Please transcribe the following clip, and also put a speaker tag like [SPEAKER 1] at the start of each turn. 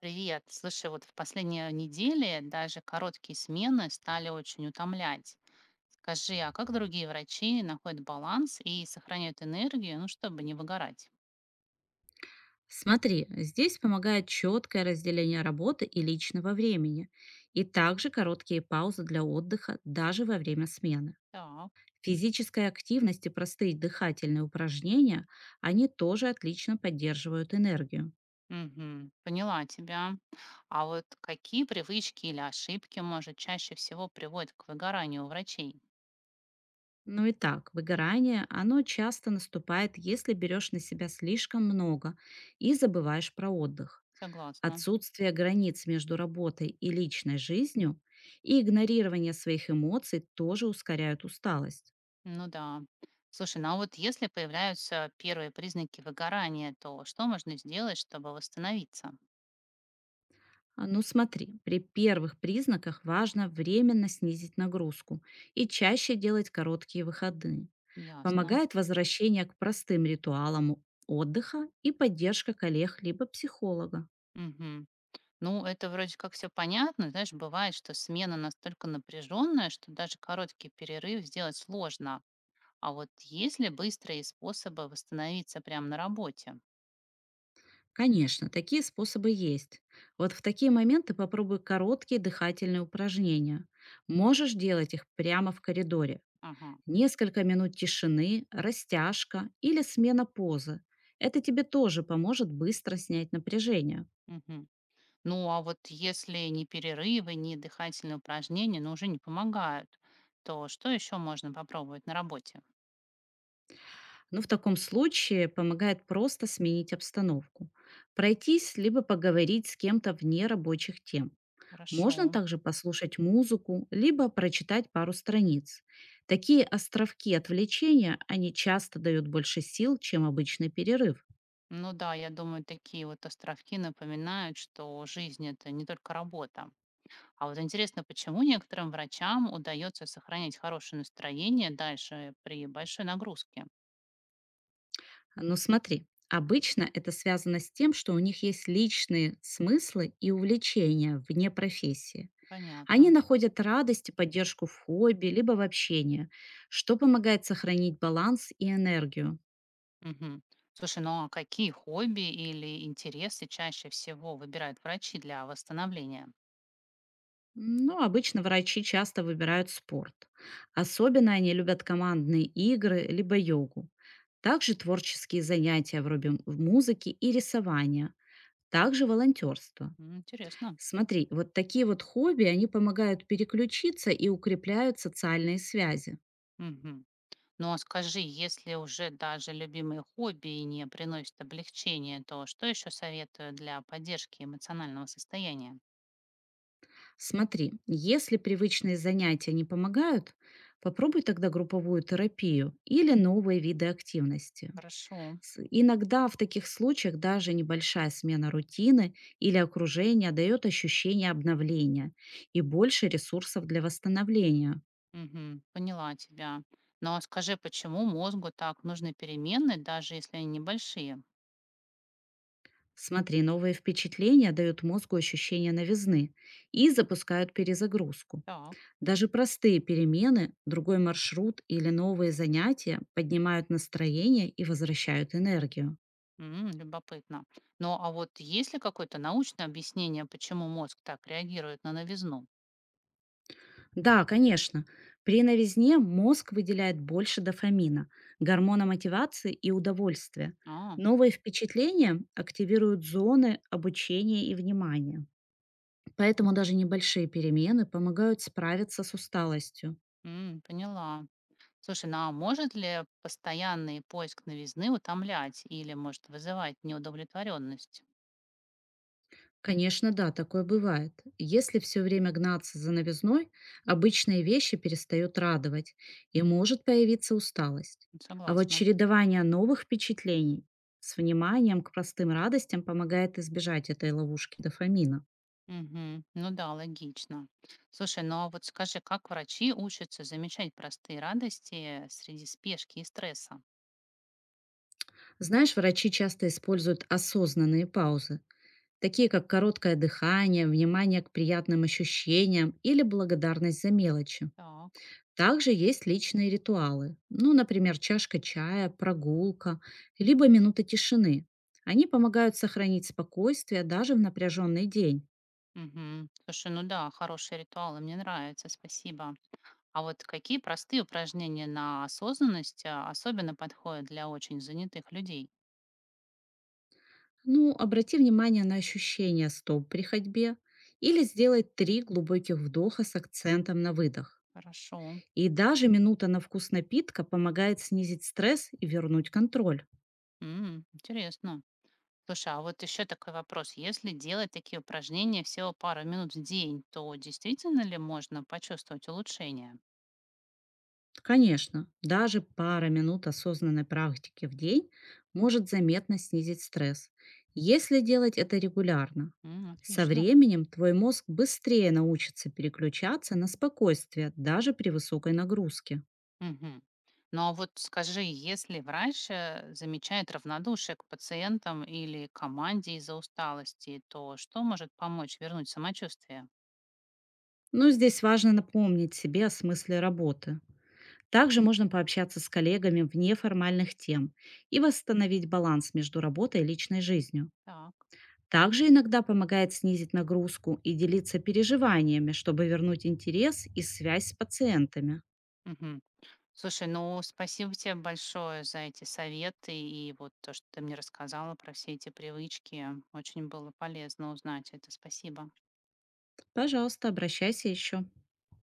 [SPEAKER 1] Привет. Слушай, вот в последние недели даже короткие смены стали очень утомлять. Скажи, а как другие врачи находят баланс и сохраняют энергию, ну, чтобы не выгорать?
[SPEAKER 2] Смотри, здесь помогает четкое разделение работы и личного времени, и также короткие паузы для отдыха даже во время смены.
[SPEAKER 1] Так.
[SPEAKER 2] Физическая активность и простые дыхательные упражнения, они тоже отлично поддерживают энергию.
[SPEAKER 1] Мгм. Поняла тебя. А вот какие привычки или ошибки, может, чаще всего приводят к выгоранию у врачей?
[SPEAKER 2] Ну и так, выгорание, оно часто наступает, если берешь на себя слишком много и забываешь про отдых.
[SPEAKER 1] Согласна.
[SPEAKER 2] Отсутствие границ между работой и личной жизнью и игнорирование своих эмоций тоже ускоряют усталость.
[SPEAKER 1] Ну да. Слушай, ну а вот если появляются первые признаки выгорания, то что можно сделать, чтобы восстановиться?
[SPEAKER 2] Ну смотри, при первых признаках важно временно снизить нагрузку и чаще делать короткие выходные.
[SPEAKER 1] Ясно.
[SPEAKER 2] Помогает возвращение к простым ритуалам отдыха и поддержка коллег либо психолога.
[SPEAKER 1] Мгм. Ну, это вроде как все понятно. Знаешь, бывает, что смена настолько напряженная, что даже короткий перерыв сделать сложно. А вот есть ли быстрые способы восстановиться прямо на работе?
[SPEAKER 2] Конечно, такие способы есть. Вот в такие моменты попробуй короткие дыхательные упражнения. Можешь делать их прямо в коридоре.
[SPEAKER 1] Ага.
[SPEAKER 2] Несколько минут тишины, растяжка или смена позы. Это тебе тоже поможет быстро снять напряжение.
[SPEAKER 1] Мгм. Ну, а вот если ни перерывы, ни дыхательные упражнения, ну, уже не помогают, то что еще можно попробовать на работе?
[SPEAKER 2] Но в таком случае помогает просто сменить обстановку, пройтись либо поговорить с кем-то вне рабочих тем.
[SPEAKER 1] Хорошо.
[SPEAKER 2] Можно также послушать музыку, либо прочитать пару страниц. Такие островки отвлечения, они часто дают больше сил, чем обычный перерыв.
[SPEAKER 1] Ну да, я думаю, такие вот островки напоминают, что жизнь это не только работа. А вот интересно, почему некоторым врачам удается сохранять хорошее настроение дальше при большой нагрузке?
[SPEAKER 2] Но смотри, обычно это связано с тем, что у них есть личные смыслы и увлечения вне профессии. Они
[SPEAKER 1] Понятно.
[SPEAKER 2] находят радость и поддержку в хобби, либо в общении, что помогает сохранить баланс и энергию.
[SPEAKER 1] Мгм. Слушай, ну а какие хобби или интересы чаще всего выбирают врачи для восстановления?
[SPEAKER 2] Ну, обычно врачи часто выбирают спорт. Особенно они любят командные игры, либо йогу. Также творческие занятия вроде музыки и рисования. Также волонтерство.
[SPEAKER 1] М, интересно.
[SPEAKER 2] Смотри, вот такие вот хобби, они помогают переключиться и укрепляют социальные связи.
[SPEAKER 1] Мгм. Ну а скажи, если уже даже любимые хобби не приносят облегчения, то что еще советую для поддержки эмоционального состояния?
[SPEAKER 2] Смотри, если привычные занятия не помогают, попробуй тогда групповую терапию или новые виды активности.
[SPEAKER 1] Хорошо.
[SPEAKER 2] Иногда в таких случаях даже небольшая смена рутины или окружения дает ощущение обновления и больше ресурсов для восстановления.
[SPEAKER 1] Мгм. Поняла тебя. Но скажи, почему мозгу так нужны перемены, даже если они небольшие?
[SPEAKER 2] Смотри, новые впечатления дают мозгу ощущение новизны и запускают перезагрузку.
[SPEAKER 1] Так.
[SPEAKER 2] Даже простые перемены, другой маршрут или новые занятия поднимают настроение и возвращают энергию.
[SPEAKER 1] М, любопытно. Ну, а вот есть ли какое-то научное объяснение, почему мозг так реагирует на новизну?
[SPEAKER 2] Да, конечно, при новизне мозг выделяет больше дофамина, гормона мотивации и удовольствия.
[SPEAKER 1] А.
[SPEAKER 2] Новые впечатления активируют зоны обучения и внимания. Поэтому даже небольшие перемены помогают справиться с усталостью.
[SPEAKER 1] М, поняла. Слушай, ну а может ли постоянный поиск новизны утомлять или может вызывать неудовлетворенность?
[SPEAKER 2] Конечно, да, такое бывает. Если все время гнаться за новизной, обычные вещи перестают радовать, и может появиться усталость. А вот
[SPEAKER 1] Согласна.
[SPEAKER 2] чередование новых впечатлений с вниманием к простым радостям помогает избежать этой ловушки дофамина.
[SPEAKER 1] Мгм. Ну да, логично. Слушай, ну а вот скажи, как врачи учатся замечать простые радости среди спешки и стресса?
[SPEAKER 2] Знаешь, врачи часто используют осознанные паузы, такие как короткое дыхание, внимание к приятным ощущениям или благодарность за мелочи.
[SPEAKER 1] Так.
[SPEAKER 2] Также есть личные ритуалы, ну, например, чашка чая, прогулка, либо минута тишины. Они помогают сохранить спокойствие даже в напряженный день.
[SPEAKER 1] Мгм. Слушай, ну да, хорошие ритуалы, мне нравятся, спасибо. А вот какие простые упражнения на осознанность особенно подходят для очень занятых людей?
[SPEAKER 2] Ну, обрати внимание на ощущение стоп при ходьбе или сделай 3 глубоких вдоха с акцентом на выдох.
[SPEAKER 1] Хорошо.
[SPEAKER 2] И даже минута на вкус напитка помогает снизить стресс и вернуть контроль.
[SPEAKER 1] М, интересно. Слушай, а вот еще такой вопрос. Если делать такие упражнения всего пару минут в день, то действительно ли можно почувствовать улучшение?
[SPEAKER 2] Конечно, даже пара минут осознанной практики в день может заметно снизить стресс, если делать это регулярно.
[SPEAKER 1] М,
[SPEAKER 2] Со
[SPEAKER 1] отлично.
[SPEAKER 2] временем твой мозг быстрее научится переключаться на спокойствие даже при высокой нагрузке.
[SPEAKER 1] Мгм. Ну а вот скажи, если врач замечает равнодушие к пациентам или команде из-за усталости, то что может помочь вернуть самочувствие?
[SPEAKER 2] Но здесь важно напомнить себе о смысле работы. Также можно пообщаться с коллегами вне формальных тем и восстановить баланс между работой и личной жизнью.
[SPEAKER 1] Так.
[SPEAKER 2] Также иногда помогает снизить нагрузку и делиться переживаниями, чтобы вернуть интерес и связь с пациентами.
[SPEAKER 1] Мгм. Слушай, ну спасибо тебе большое за эти советы и вот то, что ты мне рассказала про все эти привычки. Очень было полезно узнать это. Спасибо.
[SPEAKER 2] Пожалуйста, обращайся еще.